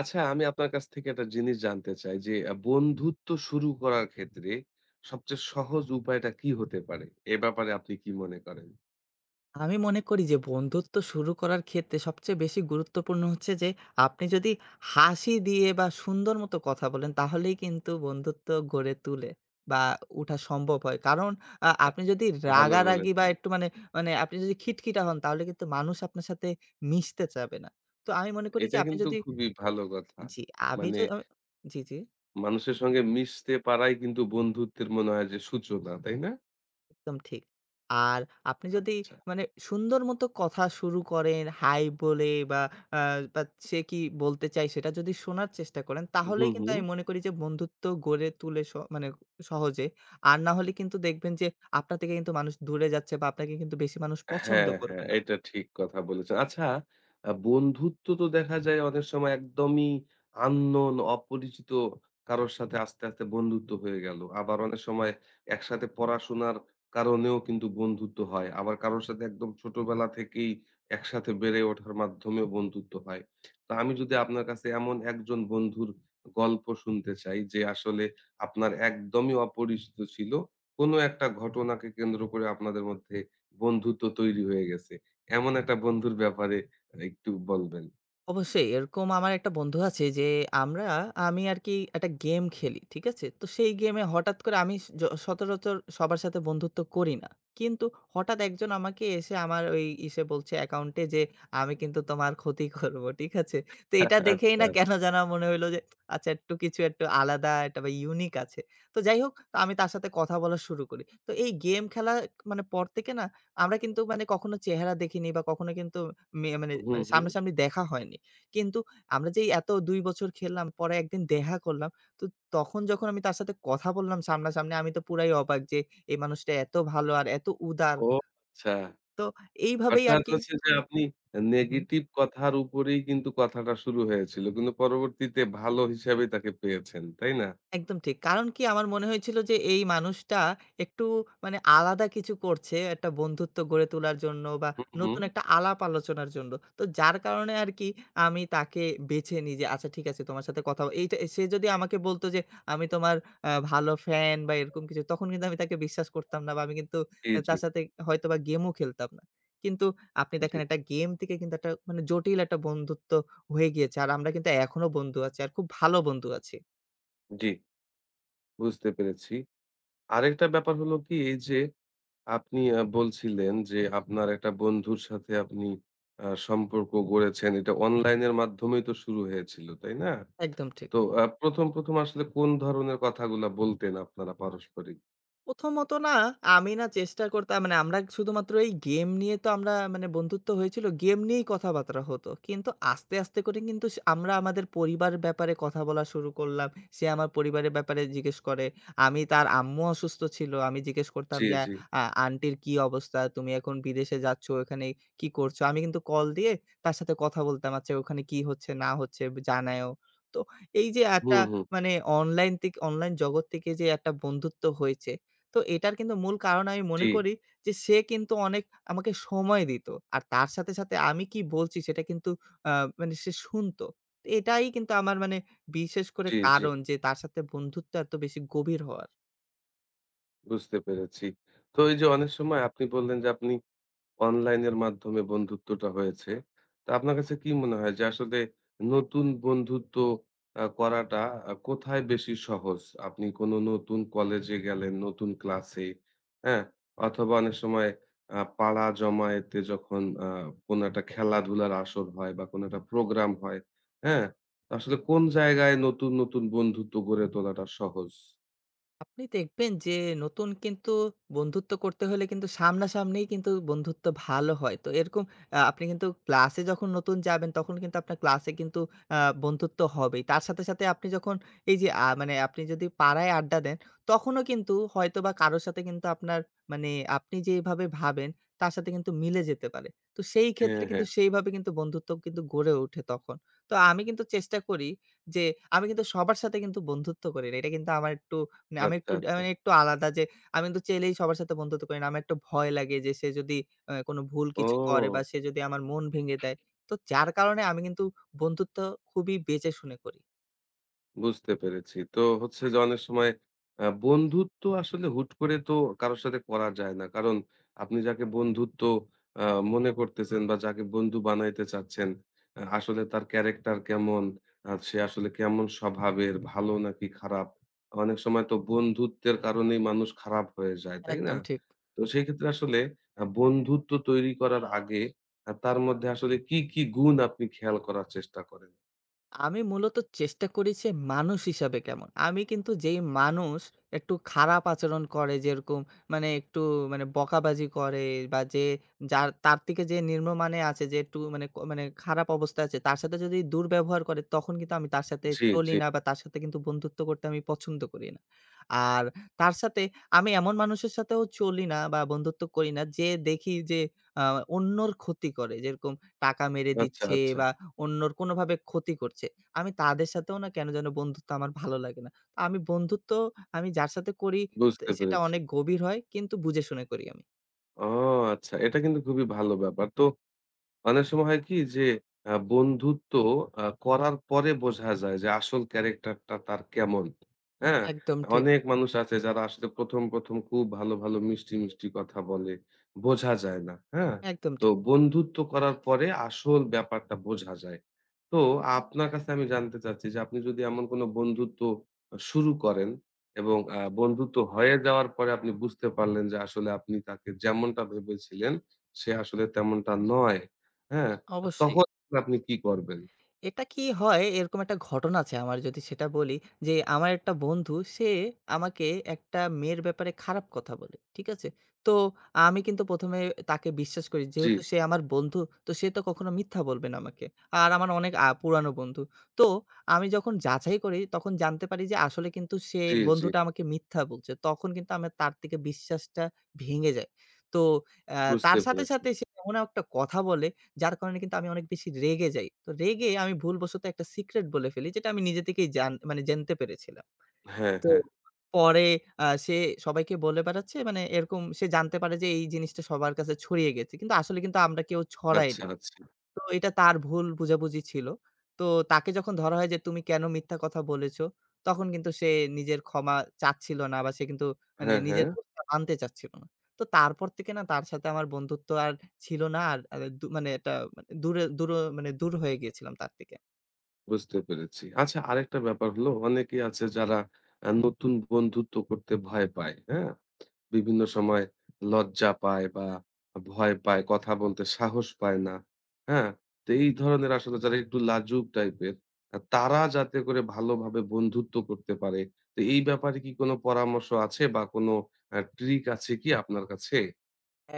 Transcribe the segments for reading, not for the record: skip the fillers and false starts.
আচ্ছা আমি আপনার কাছ থেকে একটা জিনিস জানতে চাই যে বন্ধুত্ব শুরু করার ক্ষেত্রে সবচেয়ে সহজ উপায়টা কি হতে পারে? এ ব্যাপারে আপনি কি মনে করেন? আমি মনে করি যে বন্ধুত্ব শুরু করার ক্ষেত্রে সবচেয়ে বেশি গুরুত্বপূর্ণ হচ্ছে যে আপনি যদি হাসি দিয়ে বা সুন্দর মতো কথা বলেন তাহলেই কিন্তু বন্ধুত্ব গড়ে তুলে বা উঠা সম্ভব হয়। কারণ আপনি যদি ভালো রাগারাগি বা বলেছেন। একটু মানে, আপনি যদি খিটখিটা হন তাহলে কিন্তু মানুষ আপনার সাথে মিশতে চাবে না। তো আমি মনে করি যে এটা আপনি কিন্তু যদি, খুবই ভালো কথা। জি, আমি মানে য আমি জি, জি। মানুষের সঙ্গে মিশতে পারাই কিন্তু বন্ধুত্বের মনে হয় যে সূচনা, তাই না? একদম ঠিক। আর আপনি যদি আচ্ছা। মানে সুন্দর মতো কথা শুরু করেন, হাই বলে বা আ বা সে কি বলতে চায় সেটা যদি শোনার চেষ্টা করেন, হু, তাহলেই হু। কিন্তু আমি মনে করি যে বন্ধুত্ব গড়ে তুলে স মানে সহজে। আর না হলে কিন্তু দেখবেন যে আপনার থেকে কিন্তু মানুষ দূরে যাচ্ছে বা আপনাকে কিন্তু বেশি মানুষ পছন্দ হ্যাঁ, হ্যাঁ, করবে না। এটা ঠিক কথা বলেছেন। আচ্ছা, বন্ধুত্ব তো দেখা যায় অনেক সময় একদমই unknown অপরিচিত কারো সাথে আস্তে, আস্তে বন্ধুত্ব হয়ে গেল। আবার অনেক সময় একসাথে পড়াশোনার কারণেও কিন্তু বন্ধুত্ব হয়। আবার কারো সাথে একদম ছোটবেলা থেকেই একসাথে বেড়ে ওঠার মাধ্যমেও বন্ধুত্ব হয়। তো আমি যদি আপনার কাছে এমন একজন বন্ধুর গল্প শুনতে চাই যে আসলে আপনার একদমই অপরিচিত ছিল, কোনো একটা ঘটনাকে কেন্দ্র করে আপনাদের মধ্যে বন্ধুত্ব তৈরি হয়ে গেছে। এমন একটা বন্ধুর ব্যাপারে একটু বলবেন? অবশ্যই এরকম আমার একটা বন্ধু আছে যে আমরা আমি আর কি একটা গেম খেলি, ঠিক আছে? তো সেই গেমে হঠাৎ করে আমি স জ সচরাচর সবার সাথে বন্ধুত্ব করি না। কিন্তু হঠাৎ একজন আমাকে এসে আমার ওই ইসে বলছে অ্যাকাউন্টে যে, "আমি কিন্তু তোমার ক্ষতি করব।" ঠিক আছে? তো এটা দেখেই আচ্ছা। না কেন যেন মনে হইলো যে আচ্ছা একটু কিছু একটু আলাদা একটা বা ইউনিক আছে। তো যাই হোক তো আমি তার সাথে কথা বলা শুরু করি। তো এই গেম খেলা মানে পর থেকে না আমরা কিন্তু মানে কখনো চেহারা দেখিনি বা কখনো কিন্তু মে মানে হুম, মানে হুম। সামনাসামনি দেখা হয়নি। কিন্তু আমরা যে এত ২ বছর খেললাম, পরে একদিন দেখা করলাম। তো তখন যখন আমি তার সাথে কথা বললাম সামনাসামনি, আমি তো পুরাই অবাক যে এই মানুষটা এত ভালো আর এত উদার। ও আচ্ছা। তো এইভাবেই অর্থাৎ আরকি। হচ্ছে যে আপনি হু, হু। নেগেটিভ কথার উপরেই কিন্তু কথাটা শুরু হয়েছিল। কিন্তু পরবর্তীতে ভালো হিসাবেই তাকে পেয়েছেন, তাই না? একদম ঠিক। কারণ কি আমার মনে হয়েছিল যে এই মানুষটা একটু মানে আলাদা কিছু করছে একটা বন্ধুত্ব গড়ে তোলার জন্য বা হুম, হুম। নতুন একটা আলাপ আলোচনার জন্য। তো যার কারণে আরকি আমি তাকে বেছে নিই যে আচ্ছা ঠিক আছে তোমার সাথে এইটা সে যদি আমাকে বলত যে আমি তোমার ভালো ফ্যান বা এরকম কিছু তখন কিন্তু আমি তাকে বিশ্বাস করতাম না বা আমি কিন্তু জি, জি, তার সাথে হয়তোবা গেমও খেলতাম না। কিন্তু আপনি জি, দেখেন একটা গেম থেকে কিন্তু একটা মানে জটিল একটা বন্ধুত্ব হয়ে গিয়েছে। আর আমরা কিন্তু এখনো বন্ধু আছি আর খুব ভালো বন্ধু আছি। জি। বুঝতে পেরেছি। আরেকটা ব্যাপার হলো কি এই যে আপনি বলছিলেন যে আপনার একটা বন্ধুর সাথে আপনি সম্পর্ক গড়েছেন। এটা অনলাইন এর মাধ্যমেই তো শুরু হয়েছিল, তাই না? একদম ঠিক। তো ১ম, ১ম আসলে কোন ধরনের কথাগুলা বলতেন আপনারা পারস্পরিক? প্রথমত না, আমি না চেষ্টা করতাম মানে আমরা শুধুমাত্র এই গেম নিয়ে তো আমরা মানে বন্ধুত্ব হয়েছিল, গেম নিয়েই কথাবার্তা হতো। কিন্তু আস্তে, আস্তে করে কিন্তু আমরা আমাদের পরিবার ব্যাপারে কথা বলা শুরু করলাম। সে আমার পরিবারের ব্যাপারে জিজ্ঞেস করে। আমি তার আম্মু অসুস্থ ছিল। আমি জিজ্ঞেস করতাম জি, যে, জি। আন্টির কি অবস্থা? তুমি এখন বিদেশে যাচ্ছ, ওখানে কি করছো?" আমি কিন্তু কল দিয়ে তার সাথে কথা বলতাম। আচ্ছা ওখানে কি হচ্ছে না হচ্ছে জানায়ও। তো এই যে একটা হুম, হুম। মানে অনলাইন জগৎ থেকে যে একটা বন্ধুত্ব হয়েছে, তো এটার কিন্তু মূল কারণ আমি জি। মনে করি যে সে কিন্তু অনেক আমাকে সময় দিত। আর তার সাথে, সাথে আমি কি বলছি সেটা কিন্তু আ মানে সে শুনতো। তো এটাই কিন্তু আমার মানে বিশেষ করে জি, জি। কারণ যে তার সাথে বন্ধুত্ব এত বেশি গভীর হওয়ার। বুঝতে পেরেছি। তো এই যে অনেক সময় আপনি বললেন যে আপনি অনলাইনের মাধ্যমে বন্ধুত্বটা হয়েছে। তো আপনার কাছে কি মনে হয় যে আসলে নতুন বন্ধুত্ব করাটা কোথায় বেশি সহজ? আপনি কোনো নতুন কলেজে গেলেন, নতুন ক্লাসে, হ্যাঁ? অথবা অনেক সময় পাড়া জমায়েতে যখন কোনো একটা খেলাধুলার আসর হয় বা কোনো একটা প্রোগ্রাম হয়, হ্যাঁ? আসলে কোন জায়গায় নতুন, নতুন বন্ধুত্ব গড়ে তোলাটা সহজ? আপনি দেখবেন যে নতুন কিন্তু বন্ধুত্ব করতে হলে কিন্তু সামনাসামনিই কিন্তু বন্ধুত্ব ভালো হয়। তো এরকম আপনি কিন্তু ক্লাসে যখন নতুন যাবেন তখন কিন্তু আপনার ক্লাসে কিন্তু আ বন্ধুত্ব হবেই। তার সাথে, সাথে আপনি যখন এই যে মানে আপনি যদি পাড়ায় আড্ডা দেন তখনও কিন্তু হয়তোবা কারো সাথে কিন্তু আপনার মানে আপনি যেভাবে ভাবেন তার সাথে কিন্তু মিলে যেতে পারে। তো সেই ক্ষেত্রে হ্যাঁ, হ্যাঁ। কিন্তু সেইভাবে কিন্তু বন্ধুত্ব কিন্তু গড়ে ওঠে তখন। তো আমি কিন্তু চেষ্টা করি যে আমি কিন্তু সবার সাথে কিন্তু বন্ধুত্ব করি না। এটা কিন্তু আমার একটু না আমি আচ্ছা, একটু আচ্ছা। মানে একটু আলাদা যে আমি কিন্তু চাইলেই সবার সাথে বন্ধুত্ব করি না। আমার একটু ভয় লাগে যে সে যদি কোনো ভুল কিছু করে বা ও! সে যদি আমার মন ভেঙে দেয়। তো যার কারণে আমি কিন্তু বন্ধুত্ব খুবই বেঁচে শুনে করি। বুঝতে পেরেছি। তো হচ্ছে যে অনেক সময় বন্ধুত্ব আসলে হুট করে তো কারো সাথে করা যায় না। কারণ আপনি যাকে বন্ধুত্ব আ মনে করতেছেন বা যাকে বন্ধু বানাইতে চাচ্ছেন, আসলে তার ক্যারেক্টার কেমন? সে আসলে কেমন স্বভাবের? ভালো নাকি খারাপ? অনেক সময় তো বন্ধুত্বের কারণেই মানুষ খারাপ হয়ে যায়, তাই না? একদম ঠিক। তো সেই ক্ষেত্রে আসলে বন্ধুত্ব তৈরি করার আগে তার মধ্যে আসলে কি, কি গুণ আপনি খেয়াল করার চেষ্টা করেন? আমি মূলত চেষ্টা করি সে মানুষ হিসাবে কেমন। আমি কিন্তু যেই মানুষ একটু খারাপ আচরণ করে যেরকম মানে একটু মানে বকাবাজি করে বা যে যার তার থেকে যে নিম্নমানে আছে যে একটু মানে মানে খারাপ অবস্থায় আছে তার সাথে যদি দুর্ব্যবহার করে তখন কিন্তু আমি তার সাথে জি, জি। চলি না বা তার সাথে কিন্তু বন্ধুত্ব করতে আমি পছন্দ করি না। আর তার সাথে আমি এমন মানুষের সাথেও চলি না বা বন্ধুত্ব করি না যে দেখি যে আ অন্যর ক্ষতি করে। যেরকম টাকা মেরে আচ্ছা, দিচ্ছে আচ্ছা। বা অন্যর কোনোভাবে ক্ষতি করছে। আমি তাদের সাথেও না কেন যেন বন্ধুত্ব আমার ভালো লাগে না। তো আমি বন্ধুত্ব আমি যার সাথে করি তে বুঝতে সেটা পেরেছি। অনেক গভীর হয় কিন্তু বুঝে শুনে করি আমি। ও আচ্ছা। এটা কিন্তু খুবই ভালো ব্যাপার। তো, অনেক সময় হয় কি যে বন্ধুত্ব করার পরে বোঝা যায় যে আসল ক্যারেক্টারটা তার কেমন। হ্যাঁ? একদম ঠিক, অনেক মানুষ আছে যারা আসলে ১ম, ১ম খুব ভালো, ভালো মিষ্টি, মিষ্টি কথা বলে। বোঝা যায় না। হ্যাঁ? একদম তো ঠিক। বন্ধুত্ব করার পরে আসল ব্যাপারটা বোঝা যায়। তো আপনার কাছে আমি জানতে চাচ্ছি যে আপনি যদি এমন কোনো বন্ধুত্ব শুরু করেন এবং বন্ধুত্ব হয়ে যাওয়ার পরে আপনি বুঝতে পারলেন যে আসলে আপনি তাকে যেমনটা ভেবেছিলেন সে আসলে তেমনটা নয়। হ্যাঁ, অবশ্যই। তখন আপনি কি করবেন? এটা কি হয়? এরকম একটা ঘটনা আছে আমার যদি সেটা বলি, যে আমার একটা বন্ধু সে আমাকে একটা মেয়ের ব্যাপারে খারাপ কথা বলে। ঠিক আছে? তো আমি কিন্তু ১ম এ তাকে বিশ্বাস করি। জি, যেহেতু সে আমার বন্ধু তো সে তো কখনো মিথ্যা বলবে না আমাকে। আর আমার অনেক পুরানো বন্ধু। তো আমি যখন যাচাই করি তখন জানতে পারি যে আসলে কিন্তু সে জি, জি। বন্ধুটা আমাকে মিথ্যা বলছে। তখন কিন্তু আমার তার থেকে বিশ্বাসটা ভেঙে যায়। তো অ্যা বুঝতে তার সাথে, পেরেছি। সাথে সে এমন একটা কথা বলে যার কারণে কিন্তু আমি অনেক বেশি রেগে যাই। তো রেগে আমি ভুলবশত একটা সিক্রেট বলে ফেলি যেটা আমি নিজে থেকেই জানতে পেরেছিলাম। হ্যাঁ, তো হ্যাঁ। পরে সে সবাইকে বলে বেড়াচ্ছে মানে এরকম সে জানতে পারে যে এই জিনিসটা সবার কাছে ছড়িয়ে গেছে। কিন্তু আসলে কিন্তু আমরা কেউ আচ্ছা, ছড়াইনি। আচ্ছা। তো এটা তার ভুল বুঝাবুঝি ছিল। তো তাকে যখন ধরা হয় যে, "তুমি কেন মিথ্যা কথা বলেছ?" তখন কিন্তু সে নিজের ক্ষমা চাচ্ছিল না বা সে কিন্তু মানে হ্যাঁ, হ্যাঁ। নিজের দোষটা মানতে চাচ্ছিল না। তো তারপর থেকে না তার সাথে আমার বন্ধুত্ব আর ছিল না। আর আর দু মানে একটা মানে দূরে দূর মানে দূর হয়ে গিয়েছিলাম তার থেকে। বুঝতে পেরেছি। আচ্ছা আরেকটা ব্যাপার হলো অনেকেই আছে যারা নতুন বন্ধুত্ব করতে ভয় পায়। হ্যাঁ? বিভিন্ন সময় লজ্জা পায় বা ভয় পায়, কথা বলতে সাহস পায় না। হ্যাঁ? তো এই ধরনের আসলে যারা একটু লাজুক টাইপের তারা যাতে করে ভালোভাবে বন্ধুত্ব করতে পারে। তো এই ব্যাপারে কি কোনো পরামর্শ আছে বা কোনো ট্রিক আছে কি আপনার কাছে?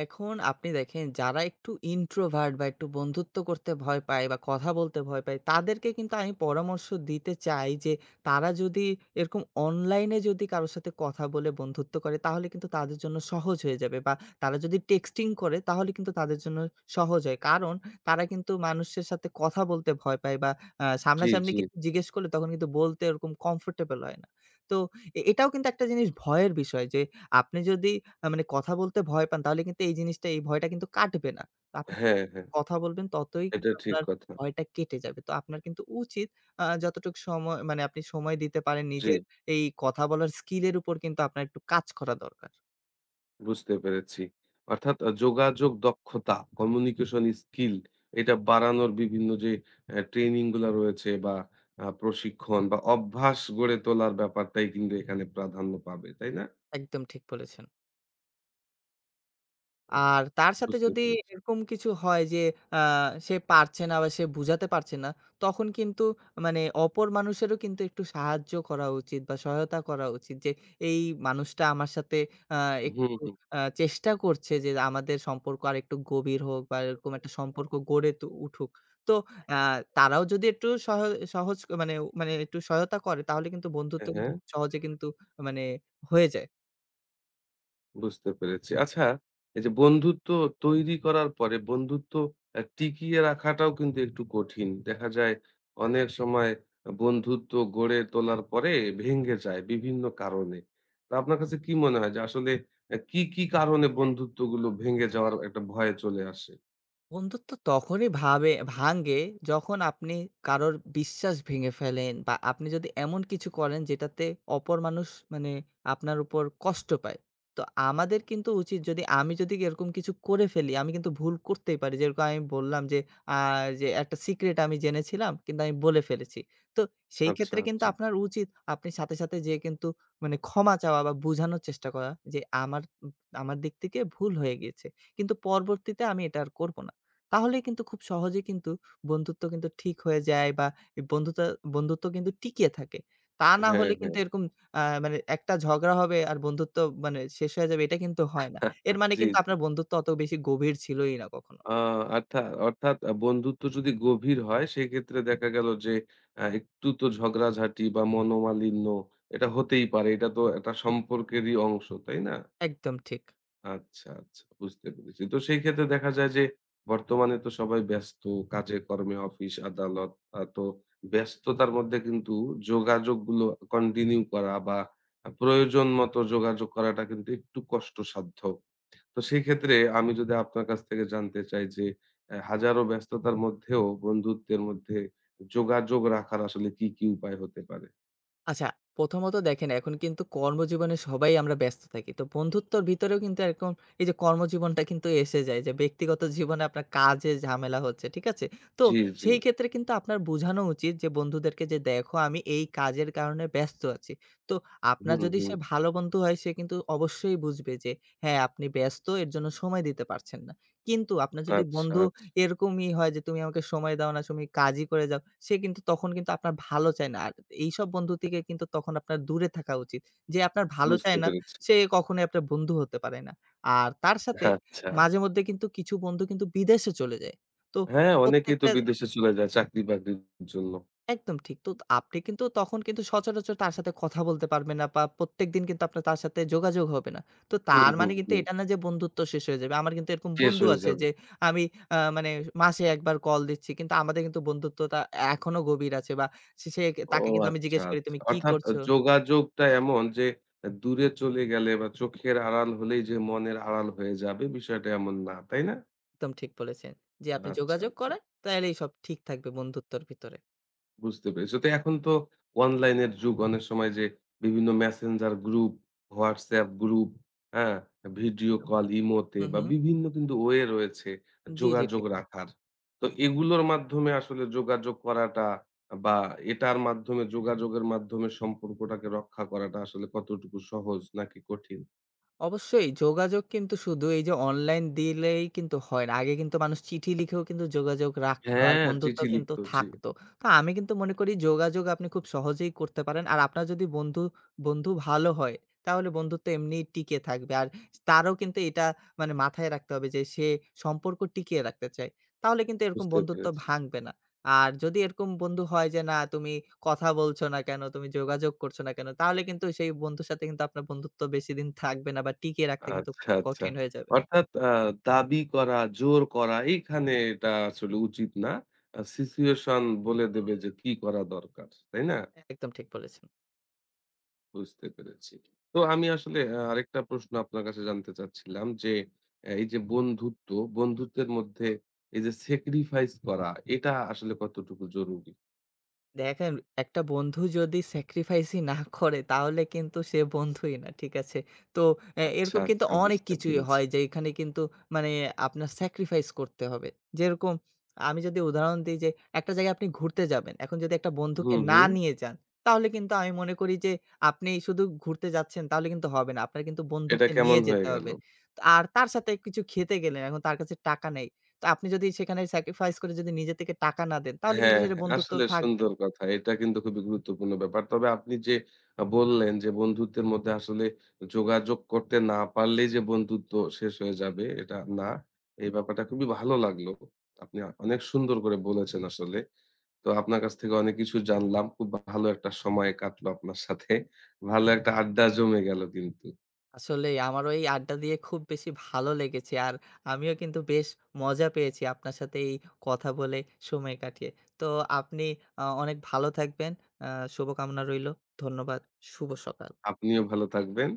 এখন আপনি দেখেন যারা একটু ইন্ট্রোভার্ট বা একটু বন্ধুত্ব করতে ভয় পায় বা কথা বলতে ভয় পায় তাদেরকে কিন্তু আমি পরামর্শ দিতে চাই যে তারা যদি এরকম অনলাইনে যদি কারোর সাথে কথা বলে বন্ধুত্ব করে তাহলে কিন্তু তাদের জন্য সহজ হয়ে যাবে বা তারা যদি টেক্সটিং করে তাহলে কিন্তু তাদের জন্য সহজ হয়। কারণ তারা কিন্তু মানুষের সাথে কথা বলতে ভয় পায় বা জি, সামনাসামনি জি। কিছু জিজ্ঞেস করলে তখন কিন্তু বলতে ওরকম কমফোর্টেবল হয় না। তো এটাও কিন্তু একটা জিনিস ভয়ের বিষয় যে আপনি যদি মানে কথা বলতে ভয় পান তাহলে কিন্তু এই জিনিসটা এই ভয়টা কিন্তু কাটবে না। তো আপনি হ্যাঁ, হ্যাঁ। কথা বলবেন ততই এটা কিন্তু ঠিক আপনার কথা। ভয়টা কেটে যাবে। তো আপনার কিন্তু উচিত যতটুকু সময় মানে আপনি সময় দিতে পারেন জি। নিজের এই কথা বলার স্কিল এর উপর কিন্তু আপনার একটু কাজ করা দরকার। বুঝতে পেরেছি। অর্থাৎ যোগাযোগ দক্ষতা, কমিউনিকেশন স্কিল এটা বাড়ানোর বিভিন্ন যে ট্রেনিং গুলা রয়েছে বা প্রশিক্ষণ বা অভ্যাস গড়ে তোলার ব্যাপারটাই কিন্তু এখানে প্রাধান্য পাবে। তাই না? একদম ঠিক বলেছেন। আচ্ছা আর তার সাথে বুঝতে যদি পেরেছি। এরকম কিছু হয় যে আ সে পারছে না বা সে বুঝাতে পারছে না, তখন কিন্তু মানে অপর মানুষেরও কিন্তু একটু সাহায্য করা উচিত বা সহায়তা করা উচিত যে, "এই মানুষটা আমার সাথে আ হুম, একটু হুম। চেষ্টা করছে যে আমাদের সম্পর্ক আরেকটু গভীর হোক বা এরকম একটা সম্পর্ক গড়ে তো উঠুক।" তো আ তারাও যদি একটু সহজ মানে, একটু সহায়তা করে তাহলে কিন্তু বন্ধুত্ব হ্যাঁ, কিন্তু হ্যাঁ। সহজে কিন্তু মানে হয়ে যায়। বুঝতে পেরেছি। আচ্ছা, এই যে বন্ধুত্ব তৈরি করার পরে বন্ধুত্ব টিকিয়ে রাখাটাও কিন্তু একটু কঠিন। দেখা যায় অনেক সময় বন্ধুত্ব গড়ে তোলার পরে ভেঙে যায় বিভিন্ন কারণে। তো আপনার কাছে কি মনে হয় যে আসলে কি, কি কারণে বন্ধুত্বগুলো ভেঙে যাওয়ার একটা ভয় চলে আসে? বন্ধুত্ব তখনই ভাবে ভাঙ্গে যখন আপনি কারোর বিশ্বাস ভেঙে ফেলেন বা আপনি যদি এমন কিছু করেন যেটাতে অপর মানুষ মানে আপনার উপর কষ্ট পায়। তো আমাদের কিন্তু উচিত যদি আমি যদি এরকম কিছু করে ফেলি, আমি কিন্তু ভুল করতেই পারি। যেরকম আমি বললাম যে আ যে একটা সিক্রেট আমি জেনেছিলাম কিন্তু আমি বলে ফেলেছি। তো সেই আচ্ছা, ক্ষেত্রে কিন্তু আচ্ছা। আপনার উচিত আপনি সাথে, সাথে যেয়ে কিন্তু মানে ক্ষমা চাওয়া বা বুঝানোর চেষ্টা করা যে আমার আমার দিক থেকে ভুল হয়ে গিয়েছে। কিন্তু পরবর্তীতে আমি এটা আর করব না। তাহলেই কিন্তু খুব সহজেই কিন্তু বন্ধুত্ব কিন্তু ঠিক হয়ে যায় বা এই বন্ধুত্ব কিন্তু টিকিয়ে থাকে। তা না হ্যাঁ, হলে হ্যাঁ। কিন্তু এরকম মানে একটা ঝগড়া হবে আর বন্ধুত্ব মানে শেষ হয়ে যাবে এটা কিন্তু হয় না। এর মানে জি, কিন্তু জি। আপনার বন্ধুত্ব অত বেশি গভীর ছিলই না কখনো। আ আর্থাৎ অর্থাৎ বন্ধুত্ব যদি গভীর হয় সেক্ষেত্রে দেখা গেল যে একটু তো ঝগড়াঝাটি বা মনোমালিন্য এটা হতেই পারে। এটা তো একটা সম্পর্কেরই অংশ, তাই না? একদম ঠিক। আচ্ছা, আচ্ছা বুঝতে পেরেছি। তো সেই ক্ষেত্রে দেখা যায় যে বর্তমানে তো সবাই ব্যস্ত, কাজে কর্মে, অফিস আদালত। তো ব্যস্ততার মধ্যে কিন্তু যোগাযোগগুলো কন্টিনিউ করা বা প্রয়োজন মতো যোগাযোগ করাটা কিন্তু একটু কষ্টসাধ্য। তো সেই ক্ষেত্রে আমি যদি আপনার কাছ থেকে জানতে চাই যে হাজারো ব্যস্ততার মধ্যেও বন্ধুত্বের মধ্যে যোগাযোগ রাখার আসলে কি, কি উপায় হতে পারে? আচ্ছা, প্রথমত দেখেন এখন কিন্তু কর্মজীবনে সবাই আমরা ব্যস্ত থাকি। তো বন্ধুত্বর ভিতরেও কিন্তু এরকম এই যে কর্মজীবনটা কিন্তু এসে যায় যে ব্যক্তিগত জীবনে আপনার কাজে ঝামেলা হচ্ছে, ঠিক আছে? তো জি, জি। সেই ক্ষেত্রে কিন্তু আপনার বোঝানো উচিত যে বন্ধুদেরকে যে দেখো আমি এই কাজের কারণে ব্যস্ত আছি। তো আপনার হুম, যদি হুম। সে ভালো বন্ধু হয় সে কিন্তু অবশ্যই বুঝবে যে হ্যাঁ, আপনি ব্যস্ত এর জন্য সময় দিতে পারছেন না। কিন্তু আপনার আচ্ছা, যদি বন্ধু আচ্ছা। এরকমই হয় যে, "তুমি আমাকে সময় দাও না, তুমি কাজই করে যাও।" সে কিন্তু তখন কিন্তু আপনার ভালো চায় না। আর এইসব বন্ধু থেকে কিন্তু তখন আপনার দূরে থাকা উচিত। যে আপনার ভালো বুঝতে চায় না, পেরেছি। সে কখনোই আপনার বন্ধু হতে পারে না। আর তার সাথে আচ্ছা। মাঝেমধ্যে কিন্তু কিছু বন্ধু কিন্তু বিদেশে চলে যায়। তো হ্যাঁ, অনেকেই তো প্রত্যেকটা। বিদেশে চলে যায় চাকরি-বাকরির জন্য। একদম ঠিক। তো আপনি কিন্তু তখন কিন্তু সচরাচর তার সাথে কথা বলতে পারবেন না বা প্রত্যেকদিন কিন্তু আপনার তার সাথে যোগাযোগ হবে না। তো হুম, তার হুম, মানে কিন্তু হুম। এটা না যে বন্ধুত্ব শেষ হয়ে যাবে। আমার কিন্তু এরকম শেষ বন্ধু হয়ে আছে যাবে। যে আমি মানে মাসে ১ বার কল দিচ্ছি। কিন্তু আমাদের কিন্তু বন্ধুত্বটা এখনো গভীর আছে বা সে সে ও তাকে কিন্তু আমি আচ্ছা, জিজ্ঞেস করি, আচ্ছা। "তুমি কি অর্থাৎ করছো?" যোগাযোগটা এমন যে দূরে চলে গেলে বা চোখের আড়াল হলেই যে মনের আড়াল হয়ে যাবে বিষয়টা এমন না, তাই না? একদম ঠিক বলেছেন। যে আপনি আচ্ছা, যোগাযোগ আচ্ছা। করেন, তাইলেই সব ঠিক থাকবে বন্ধুত্বর ভিতরে। বুঝতে পেরেছি। তো এখন তো অনলাইনের যুগ। অনেক সময় যে বিভিন্ন মেসেঞ্জার গ্রুপ, WhatsApp গ্রুপ, হ্যাঁ? ভিডিও একদম। কল, ইমোতে হু, বা হু। বিভিন্ন কিন্তু ওয়ে রয়েছে জি, জি যোগাযোগ ঠিক। রাখার। তো এগুলোর মাধ্যমে আসলে যোগাযোগ করাটা বা এটার মাধ্যমে যোগাযোগের মাধ্যমে সম্পর্কটাকে রক্ষা করাটা আসলে কতটুকু সহজ নাকি কঠিন? অবশ্যই যোগাযোগ কিন্তু শুধু এই যে অনলাইন দিলেই কিন্তু হয় না। আগে কিন্তু মানুষ চিঠি লিখেও কিন্তু যোগাযোগ রাখতো আর হ্যাঁ। বন্ধুত্ব চিঠি কিন্তু লিখত জি, থাকতো। তো আমি কিন্তু মনে করি যোগাযোগ আপনি খুব সহজেই করতে পারেন। আর আপনার যদি বন্ধু ভালো হয় তাহলে বন্ধুত্ব এমনিই টিকে থাকবে। আর তারও কিন্তু এটা মানে মাথায় রাখতে হবে যে সে সম্পর্ক টিকিয়ে রাখতে চায়। তাহলে কিন্তু এরকম বুঝতে বন্ধুত্ব পেরেছি। ভাঙবে না। আর যদি এরকম বন্ধু হয় যে না তুমি কথা বলছো না কেন, তুমি যোগাযোগ করছো না কেন, তাহলে কিন্তু সেই বন্ধুর সাথে কিন্তু আপনার বন্ধুত্ব বেশিদিন থাকবে না বা টিকিয়ে রাখতে কিন্তু আচ্ছা, খুব আচ্ছা। কঠিন হয়ে যাবে। অর্থাৎ দাবি করা, জোর করা এইখানে এটা আসলে উচিত না। সিচুয়েশন বলে দেবে যে কি করা দরকার। তাই না? একদম ঠিক বলেছেন। বুঝতে পেরেছি। তো আমি আসলে আরেকটা প্রশ্ন আপনার কাছে জানতে চাচ্ছিলাম যে এই যে বন্ধুত্ব, বন্ধুত্বের মধ্যে এই যে স্যাক্রিফাইস করা এটা আসলে কতটুকু জরুরি? দেখেন, একটা বন্ধু যদি স্যাক্রিফাইসই না করে তাহলে কিন্তু সে বন্ধুই না। ঠিক আছে? তো আচ্ছা, এরকম কিন্তু আচ্ছা অনেক বুঝতে কিছুই পেরেছি। হয় যেইখানে কিন্তু মানে আপনার স্যাক্রিফাইস করতে হবে। যেরকম আমি যদি উদাহরণ দিই যে একটা জায়গায় আপনি ঘুরতে যাবেন। এখন যদি একটা বন্ধুকে হুম, না হুম। নিয়ে যান, তাহলে কিন্তু আমি মনে করি যে আপনি শুধু ঘুরতে যাচ্ছেন তাহলে কিন্তু হবে না। আপনার কিন্তু এটা বন্ধুকে কেমন নিয়ে হয়ে যেতে গেল? হবে। আর তার সাথে কিছু খেতে গেলেন, এখন তার কাছে টাকা নেই। তো আপনি যদি সেখানে স্যাক্রিফাইস করে যদি নিজে থেকে টাকা না দেন তাহলে কিন্তু হ্যাঁ, সেটা হ্যাঁ, বন্ধুত্ব আসলে থাকবে সুন্দর না। কথা। এটা কিন্তু খুবই গুরুত্বপূর্ণ ব্যাপার। তবে আপনি যে বললেন যে বন্ধুত্বের মধ্যে আসলে যোগাযোগ করতে না পারলেই যে বন্ধুত্ব শেষ হয়ে যাবে এটা না। এই ব্যাপারটা খুবই ভালো লাগলো। আপনি অনেক সুন্দর করে বলেছেন আসলে। তো আপনার কাছ থেকে অনেক কিছু জানলাম। খুব ভালো একটা সময় কাটলো আপনার সাথে। ভালো একটা আড্ডা জমে গেল কিন্তু। আসলেই আমারও এই আড্ডা দিয়ে খুব বেশি ভালো লেগেছে। আর আমিও কিন্তু বেশ মজা পেয়েছি আপনার সাথে এই কথা বলে সময় কাটিয়ে। তো আপনি অনেক ভালো থাকবেন। আ শুভকামনা রইলো। ধন্যবাদ। শুভ সকাল। আপনিও ভালো থাকবেন।